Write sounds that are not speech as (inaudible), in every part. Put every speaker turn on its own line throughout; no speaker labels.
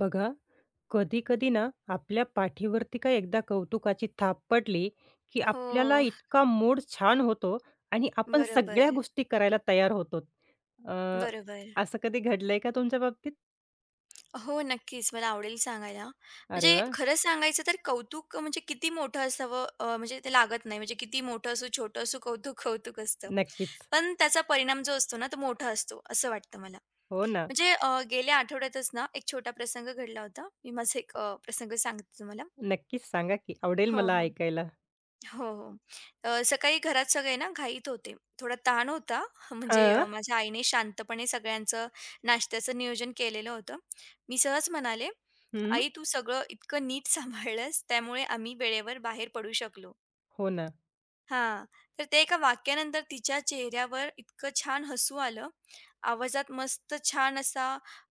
बघा, कधी-कधी ना आपल्या पाठीवरती काही एकदा कौतुकाची थाप पडली, की आपल्याला
हो,
इतका मूड छान होतो आणि आपण सगळ्या
बरोबर,
गोष्टी करायला तयार होतो. अ,
बरोबर.
असं कधी घडलंय का तुमच्या बाबतीत?
हो, नक्कीच मला आवडेल सांगायला.
अरे
म्हणजे
वा,
खरं सांगायचं तर कौतुक म्हणजे किती मोठं असावं म्हणजे ते लागत नाही. म्हणजे किती मोठं असो, छोटं असो, कौतुक कौतुक असतं.
नक्कीच.
पण त्याचा परिणाम जो असतो ना, तो मोठा असतो, असं वाटतं मला.
हो ना.
म्हणजे गेल्या आठवड्यातच ना, एक छोटा प्रसंग घडला होता. मी माझा एक प्रसंग सांगते तुम्हाला.
नक्कीच सांगा की आवडेल
हो,
मला
हो.
ऐकायला.
हो, हो. सकाळी घरात सगळे ना घाईत होते. थोडा ताण होता. (laughs) म्हणजे
हां.
माझ्या आईने शांतपणे सगळ्यांचं नाश्त्याचं नियोजन केलेलं होतं. मी सहज म्हणाले,
हं.
"आई, तू सगळं इतकं नीट (laughs) सांभाळलंस, त्यामुळे आम्ही वेळेवर बाहेर पडू शकलो."
हो ना.
हां. तर त्या एका वाक्यानंतर तिच्या चेहऱ्यावर इतकं छान हसू आलं. आवाजात मस्त छान असा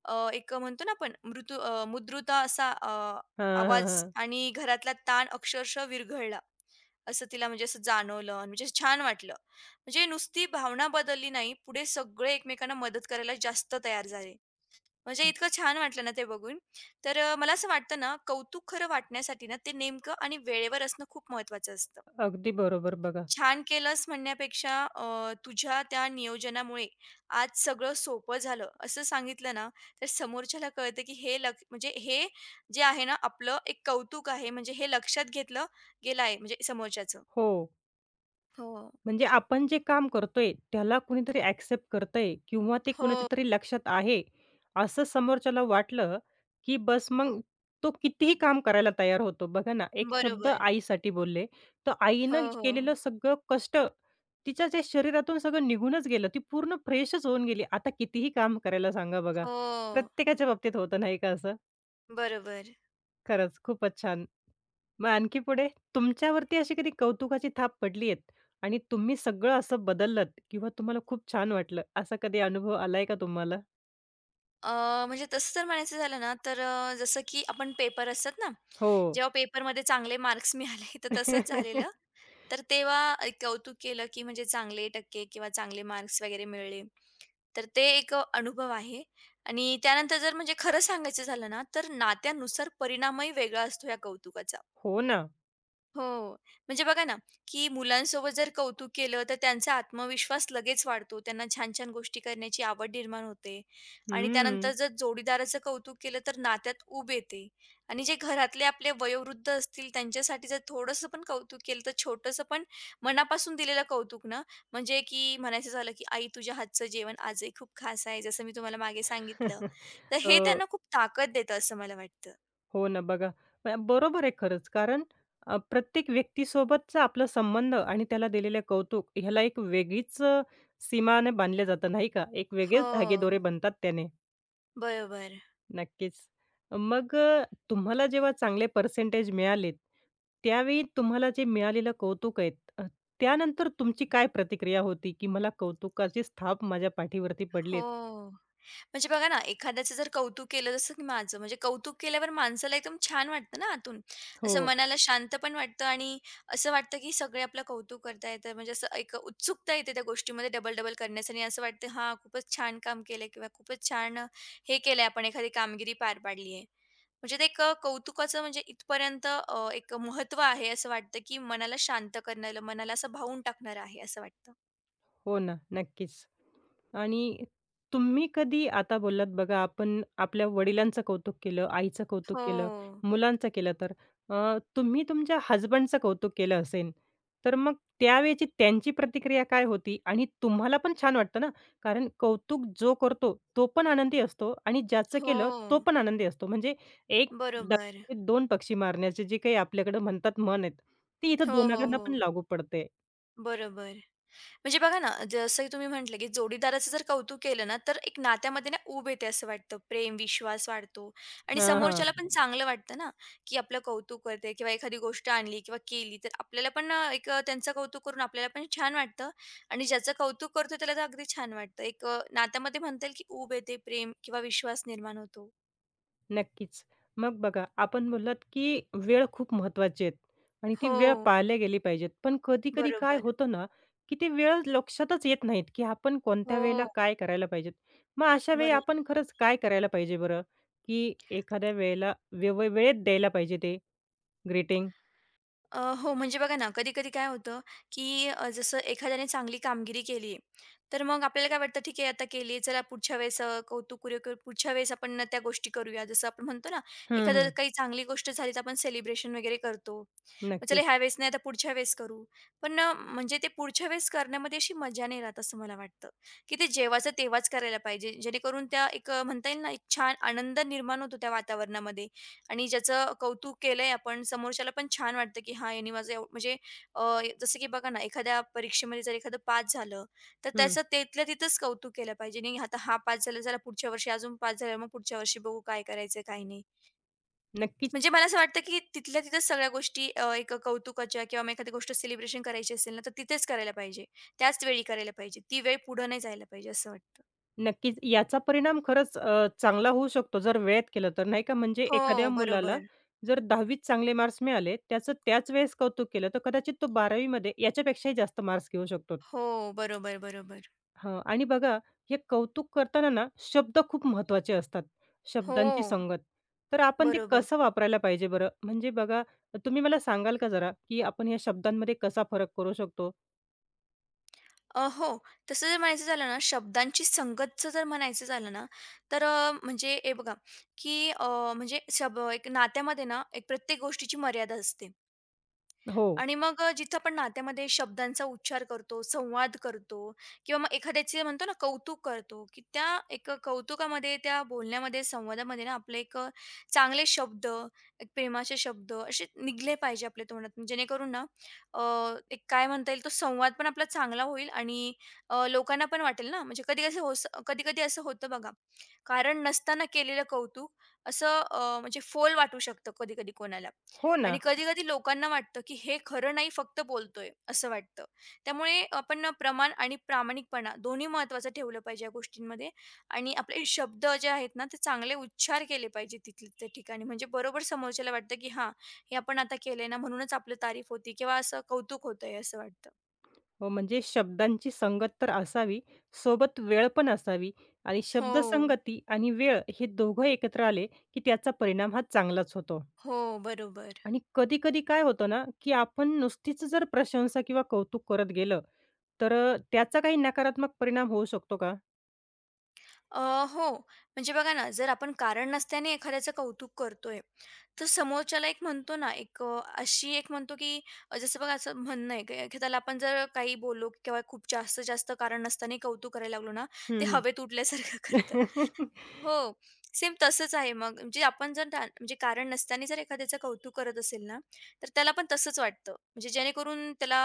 एक म्हणतो ना आपण मृदू मुद्रुता असा
हां, हां,
आवाज
हां.
आणि घरातला ताण अक्षरशः विरघळला. असं तिला म्हणजे असं जाणवलं आणि म्हणजे असं छान वाटलं. म्हणजे नुसती भावना बदलली नाही, पुढे सगळे एकमेकांना मदत करायला जास्त तयार झाले. म्हणजे इतकं छान वाटलं ना ते बघून. तर मला असं वाटतं ना, कौतुक खरं वाटण्यासाठी ना, ते नेमकं आणि वेळेवर असणं खूप महत्त्वाचं असतं.
अगदी बरोबर बघा.
छान केलंस म्हणण्यापेक्षा तुझ्या त्या नियोजनामुळे आज सगळं सोपं झालं, असं सांगितलं ना, तर समोरच्याला कळतं की हे म्हणजे हे जे आहे ना, आपलं एक कौतुक आहे. म्हणजे हे लक्षात घेतलं गेलं आहे म्हणजे समोरच्याचं.
हो.
हो.
म्हणजे आपण जे काम करतोय, त्याला कुणीतरी एक्सेप्ट करतंय किंवा ते कुणाच्या
हो,
तरी लक्षात आहे, असं समोरच्याला वाटलं, की बस मग तो कितीही काम करायला तयार होतो. बघा ना, एक शब्द
बरोबर.
आईसाठी बोलले, तर
हो,
आईनं
हो.
केलेलं सगळं कष्ट तिच्या त्या शरीरातून सगळं निघूनच गेलं. ती पूर्ण फ्रेशच होऊन गेली. आता कितीही काम करायला सांगा बघा.
हो,
प्रत्येकाच्या बाबतीत होतं नाही का असं?
बरोबर.
खरंच खूपच छान. मग आणखी पुढे तुमच्यावरती अशी कधी कौतुकाची थाप पडली आहेत आणि तुम्ही सगळं असं बदललत किंवा तुम्हाला खूप छान वाटलं, असा कधी अनुभव आलाय का तुम्हाला?
अ, म्हणजे तसं जर म्हणायचं झालं ना, तर जसं की आपण पेपर असतात ना,
हो.
जेव्हा पेपरमध्ये चांगले मार्क्स (laughs) मिळाले, तर तसंच झालेलं.
(laughs)
तर तेव्हा एक कौतुक केलं, की म्हणजे चांगले टक्के किंवा चांगले मार्क्स वगैरे मिळले. तर ते एक अनुभव आहे आणि त्यानंतर जर म्हणजे खरं सांगायचं झालं ना, तर नात्यानुसार परिणामही वेगळा असतो या कौतुकाचा.
हो ना.
हो. म्हणजे बघा ना, की मुलांसोबत जर कौतुक केलं, तर त्यांचा आत्मविश्वास लगेच वाढतो. त्यांना छान-छान गोष्टी करण्याची आवड निर्माण होते आणि त्यानंतर
हं.
जर जोडीदाराचं कौतुक केलं, तर नात्यात ऊब येते आणि जे घरातले आपले वयोवृद्ध असतील, त्यांच्यासाठी जर थोडंसं पण कौतुक केलं, तर छोटंसं पण मनापासून दिलेलं कौतुक ना, म्हणजे की म्हणायचं झालं, की "आई, तुझ्या हातचं जेवण आजही खूप खास आहे," जसं मी तुम्हाला मागे सांगितलं.
(laughs)
तर
अ,
हे त्यांना खूप ताकद देतं, असं मला वाटतं.
हो ना, बघा. बरोबर आहे खरंच. कारण प्रत्येक व्यक्तीसोबतचा आपला संबंध आणि त्याला दिलेले कौतुक ह्याला एक वेगळीच सीमाने बांधले जातं नाही का? एक वेगळेच
हो.
धागेदोरे बनतात त्याने.
बरोबर.
नक्कीच. मग तुम्हाला जेव्हा चांगले पर्सेंटेज मिळालेत, त्यावेळी तुम्हाला जे मिळालेलं कौतुक आहे, अ, त्यानंतर तुमची काय प्रतिक्रिया होती, की मला कौतुकाचे थाप माझ्या पाठीवरती
हो.
पडलेत?
म्हणजे बघा ना, एखाद्याचं जर कौतुक केलं जसं की माझं म्हणजे कौतुक केल्यावर माणसाला एकदम छान वाटतं ना आतून.
हो.
असं मनाला शांत पण वाटतं आणि असं वाटतं की सगळे आपलं कौतुक करतायत. तर म्हणजे असं एक उत्सुकता येते त्या गोष्टीमध्ये डबल-डबल करण्याचं आणि असं वाटतं हां, खूपच छान काम केलंय किंवा खूपच छान हे केलंय आपण एखादी कामगिरी पार पाडली आहे. म्हणजे ते एक कौतुकाचं म्हणजे इथपर्यंत एक महत्त्व आहे असं वाटतं की मनाला शांत करणारं, मनाला असं भावून टाकणारं आहे असं वाटतं.
हो ना, नक्कीच. आणि तुम्ही कधी आता बोललात बघा, आपण आपल्या वडिलांचं कौतुक केलं, आईचं कौतुक केलं,
हो.
मुलांचं केलं तर अ, तुम्ही तुमच्या हसबंडचं कौतुक केलं असेन, तर मग त्यावेळची त्यांची प्रतिक्रिया काय होती? आणि तुम्हाला पण छान वाटतं ना, कारण कौतुक जो करतो, तो पण आनंदी असतो आणि ज्याचं
हो.
केलं, तो पण आनंदी असतो. म्हणजे एक
बरोबर.
दगडात 2 पक्षी मारण्याचे जे काही आपल्याकडे म्हणतात म्हण आहेत, ती इथं
हो, हो,
दोघांना
हो.
पण लागू पडते.
बरोबर. म्हणजे बघा ना, जसं तुम्ही म्हटलं, की जोडीदाराचं जर कौतुक केलं ना, तर एक नात्यामध्ये ना ऊब येते असं वाटतं. प्रेम, विश्वास वाढतो आणि
हां, हां.
समोरच्याला पण चांगलं वाटतं ना, की आपलं कौतुक करते किंवा एखादी गोष्ट आणली किंवा केली, तर आपल्याला पण एक त्यांचं कौतुक करून आपल्याला पण छान वाटतं आणि ज्याचं कौतुक करतो त्याला तर अगदी छान वाटतं. एक नात्यामध्ये म्हणता येईल, की ऊब येते, प्रेम किंवा विश्वास निर्माण होतो.
नक्कीच. मग बघा, आपण बोललात की वेळ खूप महत्त्वाची आहे आणि ती वेळ
हो.
पाळल्या गेली पाहिजेत. पण कधी-कधी काय
बरोबर.
होतं ना, की ती वेळ लक्षातच येत नाहीत, की आपण कोणत्या वेळेला
हो.
काय करायला पाहिजेत. मग अशा वेळी
बरोबर.
आपण खरंच काय करायला पाहिजे बरं? की एखाद्या वेळेला वेळेत द्यायला पाहिजे ते ग्रीटिंग?
हो, म्हणजे बघा ना, कधी-कधी काय होतं, की जसं एखाद्याने चांगली कामगिरी केली, तर मग आपल्याला काय वाटतं, ठीक आहे, आता केली, चला पुढच्या वेळेस कौतुक करूया किंवा पुढच्या वेळेस आपण ना त्या गोष्टी करूया. जसं आपण म्हणतो ना,
हं,
एखादं
हं.
काही चांगली गोष्ट झाली, तर आपण सेलिब्रेशन वगैरे करतो. मग चला
नक्कीच.
ह्यावेळेस नाही, आता पुढच्या वेळेस करू. पण म्हणजे ते पुढच्या वेळेस करण्यामध्ये अशी मजा नाही राहत, असं मला वाटतं, की ते जेव्हाचं तेव्हाच करायला पाहिजे, जेणेकरून त्या एक म्हणता येईल ना, एक छान आनंद निर्माण होतो त्या वातावरणामध्ये. आणि ज्याचं कौतुक केलंय आपण समोरच्याला पण छान वाटतं, की हां, याने माझं म्हणजे जसं की बघा ना, एखाद्या परीक्षेमध्ये जर एखादं पास झालं, तर
हं.
त्याचं तिथल्या तिथंच कौतुक केलं पाहिजे. नाही आता हा पास झाला, चला पुढच्या वर्षी अजून पास झाला, मग पुढच्या वर्षी बघू काय करायचं काय नाही.
नक्कीच.
म्हणजे मला असं वाटतं, की तिथल्या तिथंच सगळ्या गोष्टी एक कौतुकाच्या किंवा मग एखादी गोष्ट सेलिब्रेशन करायची असेल ना, तर तिथेच करायला पाहिजे. त्याच वेळी करायला पाहिजे. ती वेळ पुढं नाही जायला पाहिजे असं वाटतं.
नक्कीच. याचा परिणाम खरंच चांगला होऊ शकतो जर वेळेत केलं तर, नाही का? म्हणजे एखाद्या
हो,
मुलाला
बरोबर.
जर 10वी चांगले मार्क्स मिळाले, त्याचं त्याच वेळेस कौतुक केलं, तर कदाचित तो 12वी मध्ये याच्यापेक्षाही जास्त मार्क्स घेऊ शकतो.
हो, बरोबर, बरोबर.
हां. आणि बघा हे कौतुक करताना ना, शब्द खूप महत्त्वाचे असतात.
हो,
शब्दांची संगत. तर आपण ते
बरोबर.
कसं वापरायला पाहिजे बरं? म्हणजे बघा तुम्ही मला सांगाल का जरा, की आपण या शब्दांमध्ये कसा फरक करू शकतो?
हो. तसं जर म्हणायचं झालं ना, शब्दांची संगतचं जर म्हणायचं झालं ना, तर म्हणजे हे बघा, की म्हणजे एक नात्यामध्ये ना, एक प्रत्येक गोष्टीची मर्यादा असते.
हो.
आणि मग जिथं आपण नात्यामध्ये शब्दांचा उच्चार करतो, संवाद करतो किंवा मग एखाद्याचे म्हणतो ना कौतुक करतो, की त्या एक कौतुकामध्ये, त्या बोलण्यामध्ये, संवादामध्ये ना आपले एक चांगले शब्द, एक प्रेमाचे शब्द असे निघले पाहिजे आपल्या तोंडातून. जेणेकरून ना अ, एक काय म्हणता येईल, तो संवाद पण आपला चांगला होईल आणि लोकांना पण वाटेल ना, म्हणजे कधी कसं होस कधी-कधी असं होतं बघा, कारण नसताना केलेलं कौतुक असं म्हणजे फोल वाटू शकतं कधी-कधी कोणाला.
हो
आणि
ना.
कधी-कधी लोकांना वाटतं, की हे खरं नाही फक्त बोलतोय, असं वाटतं. त्यामुळे आपण ना प्रमाण आणि प्रामाणिकपणा दोन्ही महत्त्वाचं ठेवलं पाहिजे या गोष्टींमध्ये आणि आपले शब्द जे आहेत ना, ते चांगले उच्चार केले पाहिजे तिथले त्या ठिकाणी. म्हणजे बरोबर समोरच्याला वाटतं, की हां, हे आपण आता केलंय ना म्हणूनच आपली तारीफ होती किंवा असं कौतुक होतंय असं वाटतं.
हो, म्हणजे शब्दांची संगत तर असावी, सोबत वेळ पण असावी आणि
हो.
शब्दसंगती आणि वेळ हे दोघं एकत्र आले, की त्याचा परिणाम हा चांगलाच होतो.
हो, बरोबर.
आणि कधी-कधी काय होतं ना, की आपण नुसतीच जर प्रशंसा किंवा कौतुक करत गेलं, तर त्याचा काही नकारात्मक परिणाम होऊ शकतो का?
अ, हो. म्हणजे बघा ना, जर आपण कारण नसल्याने एखाद्याचं कौतुक करतोय, तर समोरच्याला एक म्हणतो ना, एक अशी एक म्हणतो की जसं बघा असं म्हणणं आहे, की एखाद्याला आपण जर काही बोललो किंवा खूप जास्त-जास्त कारण नसतानाही कौतुक करायला लागलो ना,
हं,
ते
हं.
हवेत उडल्यासारखं (laughs) करतं.
(laughs)
हो. सेम तसंच आहे मग. म्हणजे आपण जर म्हणजे कारण नसताना जर एखाद्याचं कौतुक करत असेल ना, तर त्याला पण तसंच वाटतं. म्हणजे जेणेकरून त्याला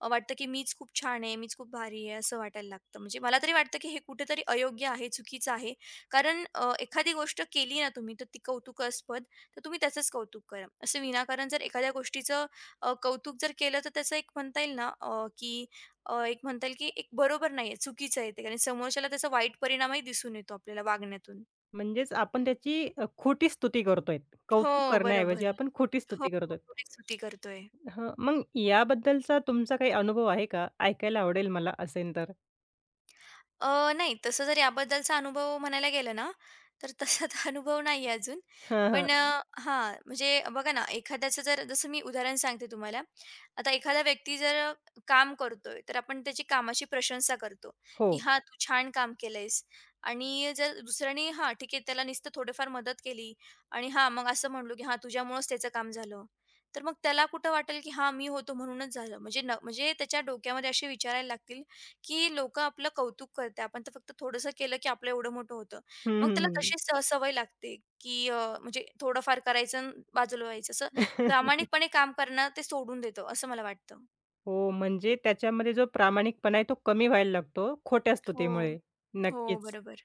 वाटतं की मीच खूप छान आहे, मीच खूप भारी आहे असं वाटायला लागतं. म्हणजे मला तरी वाटतं की हे कुठेतरी अयोग्य आहे, चुकीचं आहे. कारण एखादी गोष्ट केली ना तुम्ही, तर ती कौतुकास्पद, तर तुम्ही त्याचंच कौतुक करा. असं विनाकारण जर एखाद्या गोष्टीचं कौतुक जर केलं, तर त्याचं एक म्हणता येईल ना की एक म्हणता येईल की एक बरोबर नाही आहे, चुकीचं आहे ते. कारण समोरच्याला त्याचा वाईट परिणामही दिसून येतो आपल्याला वागण्यातून.
म्हणजेच आपण त्याची खोटी स्तुती करतोय. कौतुक
हो,
करण्याऐवजी
बरोबर.
आपण खोटी
हो,
स्तुती
हो,
करतोय.
थोडी स्तुती करतोय.
हं, मग याबद्दलचा तुमचा काही अनुभव आहे का? ऐकायला आवडेल मला असेल तर.
नाही तसं जर याबद्दलचा अनुभव म्हणायला गेलं ना, तर तसा तर (laughs) अनुभव नाहीये अजून.
हां, हां.
पण हं. हां, म्हणजे बघा ना, एखाद्याचं जर जसं मी उदाहरण सांगते तुम्हाला. आता एखादा व्यक्ती जर काम करतोय, तर आपण त्याची कामाची प्रशंसा करतो,
हो.
की "हां, तू छान काम केलंयस." आणि जर दुसऱ्याने हां, ठीक आहे, त्याला नुसतं थोडीफार मदत केली आणि हां, मग असं म्हणलो, की "हां, तुझ्यामुळेच त्याचं काम झालं." तर मग त्याला कुठं वाटेल, की "हां, मी होतो म्हणूनच झालं." म्हणजे म्हणजे त्याच्या डोक्यामध्ये असे विचार लागतील, की लोकं आपलं कौतुक करते, आपण तर फक्त थोडंसं केलं की आपलं एवढं मोठं होतं.
हं,
मग
हं,
त्याला
हं.
तशी सवय लागते की म्हणजे थोडंफार करायचं आणि बाजूला व्हायचं. असं
(laughs)
प्रामाणिकपणे काम करणं ते सोडून देतो असं मला वाटतं.
हो, म्हणजे त्याच्यामध्ये जो प्रामाणिकपणा आहे तो कमी व्हायला लागतो खोट्या
हो.
स्तुतीमुळे.
हो,
नक्कीच.
बरोबर.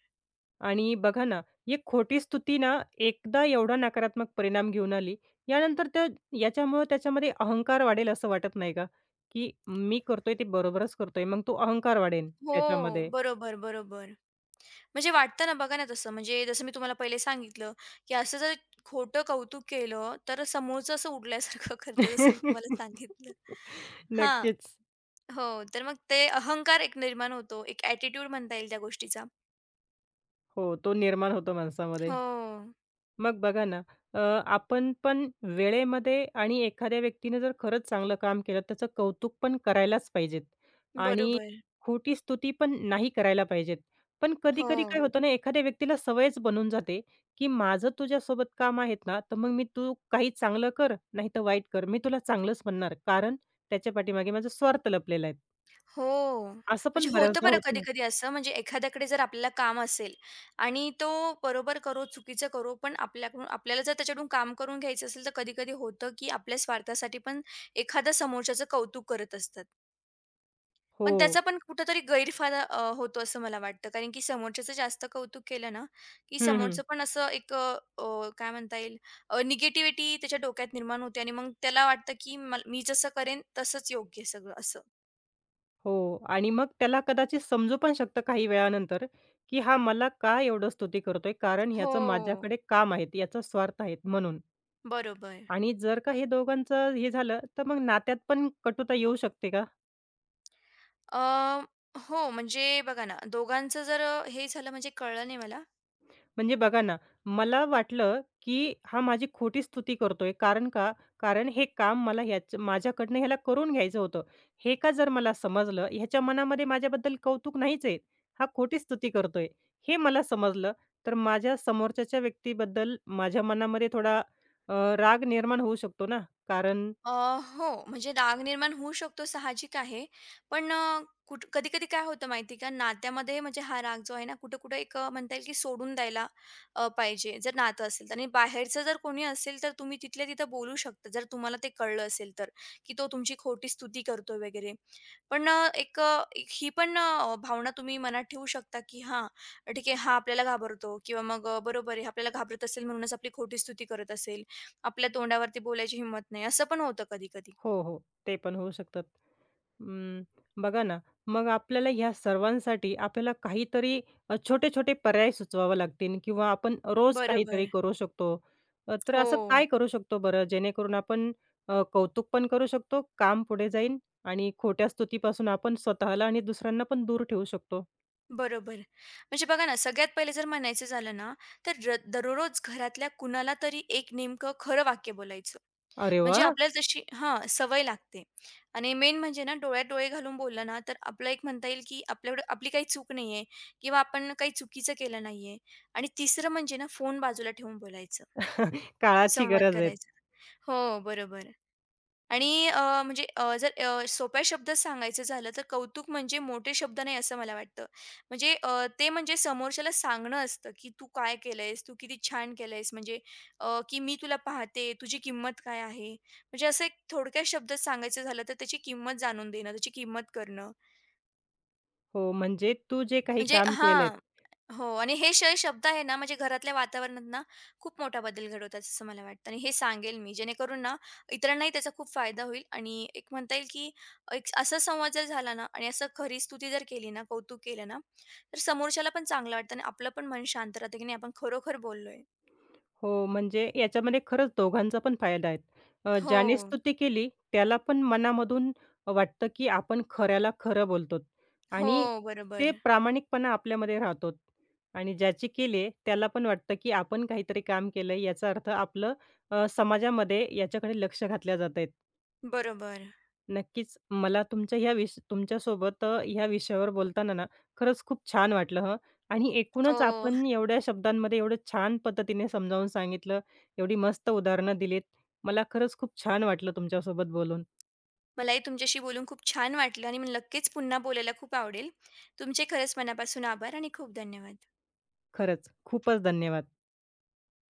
आणि बघा ना, ही खोटी स्तुती ना एकदा एवढा नकारात्मक परिणाम घेऊन आली, यानंतर त्या याच्यामुळे त्याच्यामध्ये अहंकार वाढेल असं वाटत नाही का? की मी करतोय ते बरोबरच करतोय. मग तो अहंकार वाढेल
हो,
त्याच्यामध्ये.
बरोबर, बरोबर. म्हणजे वाटतं ना बघा ना तसं म्हणजे जसं मी तुम्हाला पहिले सांगितलं, की असं जर खोटं कौतुक केलं तर समोरचं असं उडल्यासारखं (laughs) करतं जसं मी तुम्हाला सांगितलं.
(laughs)
हां.
नक्कीच.
हो, तर मग ते अहंकार एक निर्माण होतो. एक ॲटिट्यूड म्हणता येईल त्या गोष्टीचा.
हो, तो निर्माण होतो माणसामध्ये.
हो.
मग बघा ना, अ, आपण पण वेळेमध्ये आणि एखाद्या व्यक्तीने जर खरंच चांगलं काम केलं, त्याचं कौतुक पण करायलाच पाहिजेत आणि
बरोबर.
खोटी स्तुती पण नाही करायला पाहिजेत. पण कधी-कधी काय
हो,
होतं ना, एखाद्या व्यक्तीला सवयच बनून जाते, की माझं तुझ्यासोबत काम आहेत ना, तर मग मी तू काही चांगलं कर, नाहीतर वाईट कर. मी तुला चांगलंच म्हणणार, कारण त्याच्या पाठीमागे माझा स्वार्थ लपलेला आहे.
हो.
असं पण
म्हणजे होतं
बऱ्याचदा
बरं
होतं.
कधी-कधी असं म्हणजे एखाद्याकडे जर आपल्याला काम असेल आणि तो बरोबर करो, चुकीचं करो, पण आपल्याकडून आपल्याला जर त्याच्याकडून काम करून घ्यायचं असेल, तर कधी-कधी होतं, की आपल्या स्वार्थासाठी पण एखादा समोरच्याचं कौतुक करत असतात.
हो.
पण त्याचा पण कुठेतरी गैरफायदा होतो असं मला वाटतं. कारण की समोरच्याचं जास्त कौतुक केलं ना, की
हं, हं.
समोरचं पण असं एक अ, अ, काय म्हणता येईल निगेटिव्हिटी त्याच्या डोक्यात निर्माण होते आणि मग त्याला वाटतं, की मी जसं करेन तसंच योग्य सगळं असं.
हो आणि मग त्याला कदाचित समजू पण शकतं काही वेळानंतर, की हा मला का एवढं स्तुती करतोय? कारण ह्याचं
हो.
माझ्याकडे काम आहेत, याचा स्वार्थ आहेत म्हणून.
बरोबर.
आणि जर का हे दोघांचं हे झालं, तर मग नात्यात पण कटुता येऊ शकते का?
अ, हो, म्हणजे बघा ना, दोघांचं जर हे झालं म्हणजे कळलं नाही मला.
म्हणजे बघा ना, मला वाटलं, की हा माझी खोटी स्तुती करतोय. कारण का? कारण हे काम मला ह्याच माझ्याकडनं ह्याला करून घ्यायचं होतं. हे का जर मला समजलं, ह्याच्या मनामध्ये माझ्याबद्दल कौतुक नाहीच आहे. हा खोटी स्तुती करतोय, हे मला समजलं, तर माझ्या समोरच्याच्या व्यक्तीबद्दल माझ्या मनामध्ये थोडा राग निर्माण होऊ शकतो ना. कारण
अ, हो, म्हणजे राग निर्माण होऊ शकतो साहजिक आहे. पण कधी-कधी काय होतं माहिती आहे का, नात्यामध्ये म्हणजे हा राग जो आहे ना, कुठं-कुठं एक म्हणता येईल की सोडून द्यायला पाहिजे. जर नातं असेल तर. आणि बाहेरचं जर कोणी असेल, तर तुम्ही तिथल्या तिथं बोलू शकता, जर तुम्हाला ते कळलं असेल तर, की तो तुमची खोटी स्तुती करतोय वगैरे. पण एक ही पण भावना तुम्ही मनात ठेवू शकता, की हां, ठीक आहे, हा आपल्याला घाबरतो किंवा मग बरोबर आहे, हा आपल्याला घाबरत असेल म्हणूनच आपली खोटी स्तुती करत असेल. आपल्या तोंडावरती बोलायची हिंमत नाही, असं पण होतं कधी-कधी.
हो, हो. ते पण होऊ शकतात. अं, बघा ना, मग आपल्याला ह्या सर्वांसाठी आपल्याला काहीतरी छोटे-छोटे पर्याय सुचवावे लागतील किंवा आपण रोज काहीतरी
बरोबर.
करू शकतो. तर असं
हो,
काय करू शकतो बरं, जेणेकरून आपण कौतुक पण करू शकतो, काम पुढे जाईल आणि खोट्या स्तुतीपासून आपण स्वतःला आणि दुसऱ्यांना पण दूर ठेवू शकतो?
बरोबर. म्हणजे बघा ना, सगळ्यात पहिले जर म्हणायचं झालं ना, तर दररोज घरातल्या कुणाला तरी एक नेमकं खरं वाक्य बोलायचं.
अरे
म्हणजे
वाह!
आपल्याला तशी हां, सवय लागते. आणि मेन म्हणजे ना, डोळ्यात डोळे घालून बोललं ना, तर आपलं एक म्हणता येईल, की आपल्याकडे आपली काही चूक नाहीये किंवा आपण काही चुकीचं केलं नाहीये. आणि तिसरं म्हणजे ना, फोन बाजूला ठेवून बोलायचं,
काळाची
संवाद
गरज आहे.
करायचा. हो, बरोबर. आणि म्हणजे जर सोप्या शब्दात सांगायचं झालं तर कौतुक म्हणजे मोठे शब्द नाही असं मला वाटतं. म्हणजे ते म्हणजे समोरच्याला सांगणं असतं, की "तू काय केलंयस? तू किती छान केलंयस." म्हणजे की "मी तुला पाहते, तुझी किंमत काय आहे?" म्हणजे असं एक थोडक्या शब्दात सांगायचं झालं तर त्याची किंमत जाणून देणं, त्याची किंमत करणं.
हो, म्हणजे तू जे काही
म्हणजे
काम केलंय
हां. हो आणि हे शब्द आहे ना, म्हणजे घरातल्या वातावरणात ना, खूप मोठा बदल घडवतात असं मला वाटतं आणि हे सांगेल मी. जेणेकरून ना, इतरांनाही त्याचा खूप फायदा होईल आणि एक म्हणता येईल, की एक असा संवाद जर झाला ना आणि असं खरी स्तुती जर केली ना, कौतुक केलं ना, तर समोरच्याला पण चांगलं वाटतं आणि आपलं पण मन शांत राहतं, की नाही आपण खरोखर बोललोय.
हो, म्हणजे याच्यामध्ये खरंच दोघांचा पण फायदा आहे. ज्याने
हो.
स्तुती केली त्याला पण मनामधून वाटतं, की आपण खऱ्याला खरं बोलतो
हो.
आणि ते
बरोबर.
प्रामाणिकपणा आपल्यामध्ये राहतो आणि ज्याची केली त्याला पण वाटतं, की आपण काहीतरी काम केलंय याचा अर्थ आपलं समाजामध्ये याच्याकडे लक्ष घातल्या जात आहेत.
बरोबर.
नक्कीच. मला तुमच्या ह्या तुमच्यासोबत ह्या विषयावर बोलताना ना, खरंच खूप छान वाटलं हं. आणि एकूणच
हो.
आपण एवढ्या शब्दांमध्ये एवढं छान पद्धतीने समजावून सांगितलं, एवढी मस्त उदाहरणं दिलीत. मला खरंच खूप छान वाटलं तुमच्यासोबत बोलून.
मलाही तुमच्याशी बोलून खूप छान वाटलं आणि मी नक्कीच पुन्हा बोलायला खूप आवडेल. तुमचे खरंच मनापासून आभार आणि खूप धन्यवाद.
खरंच खूपच धन्यवाद.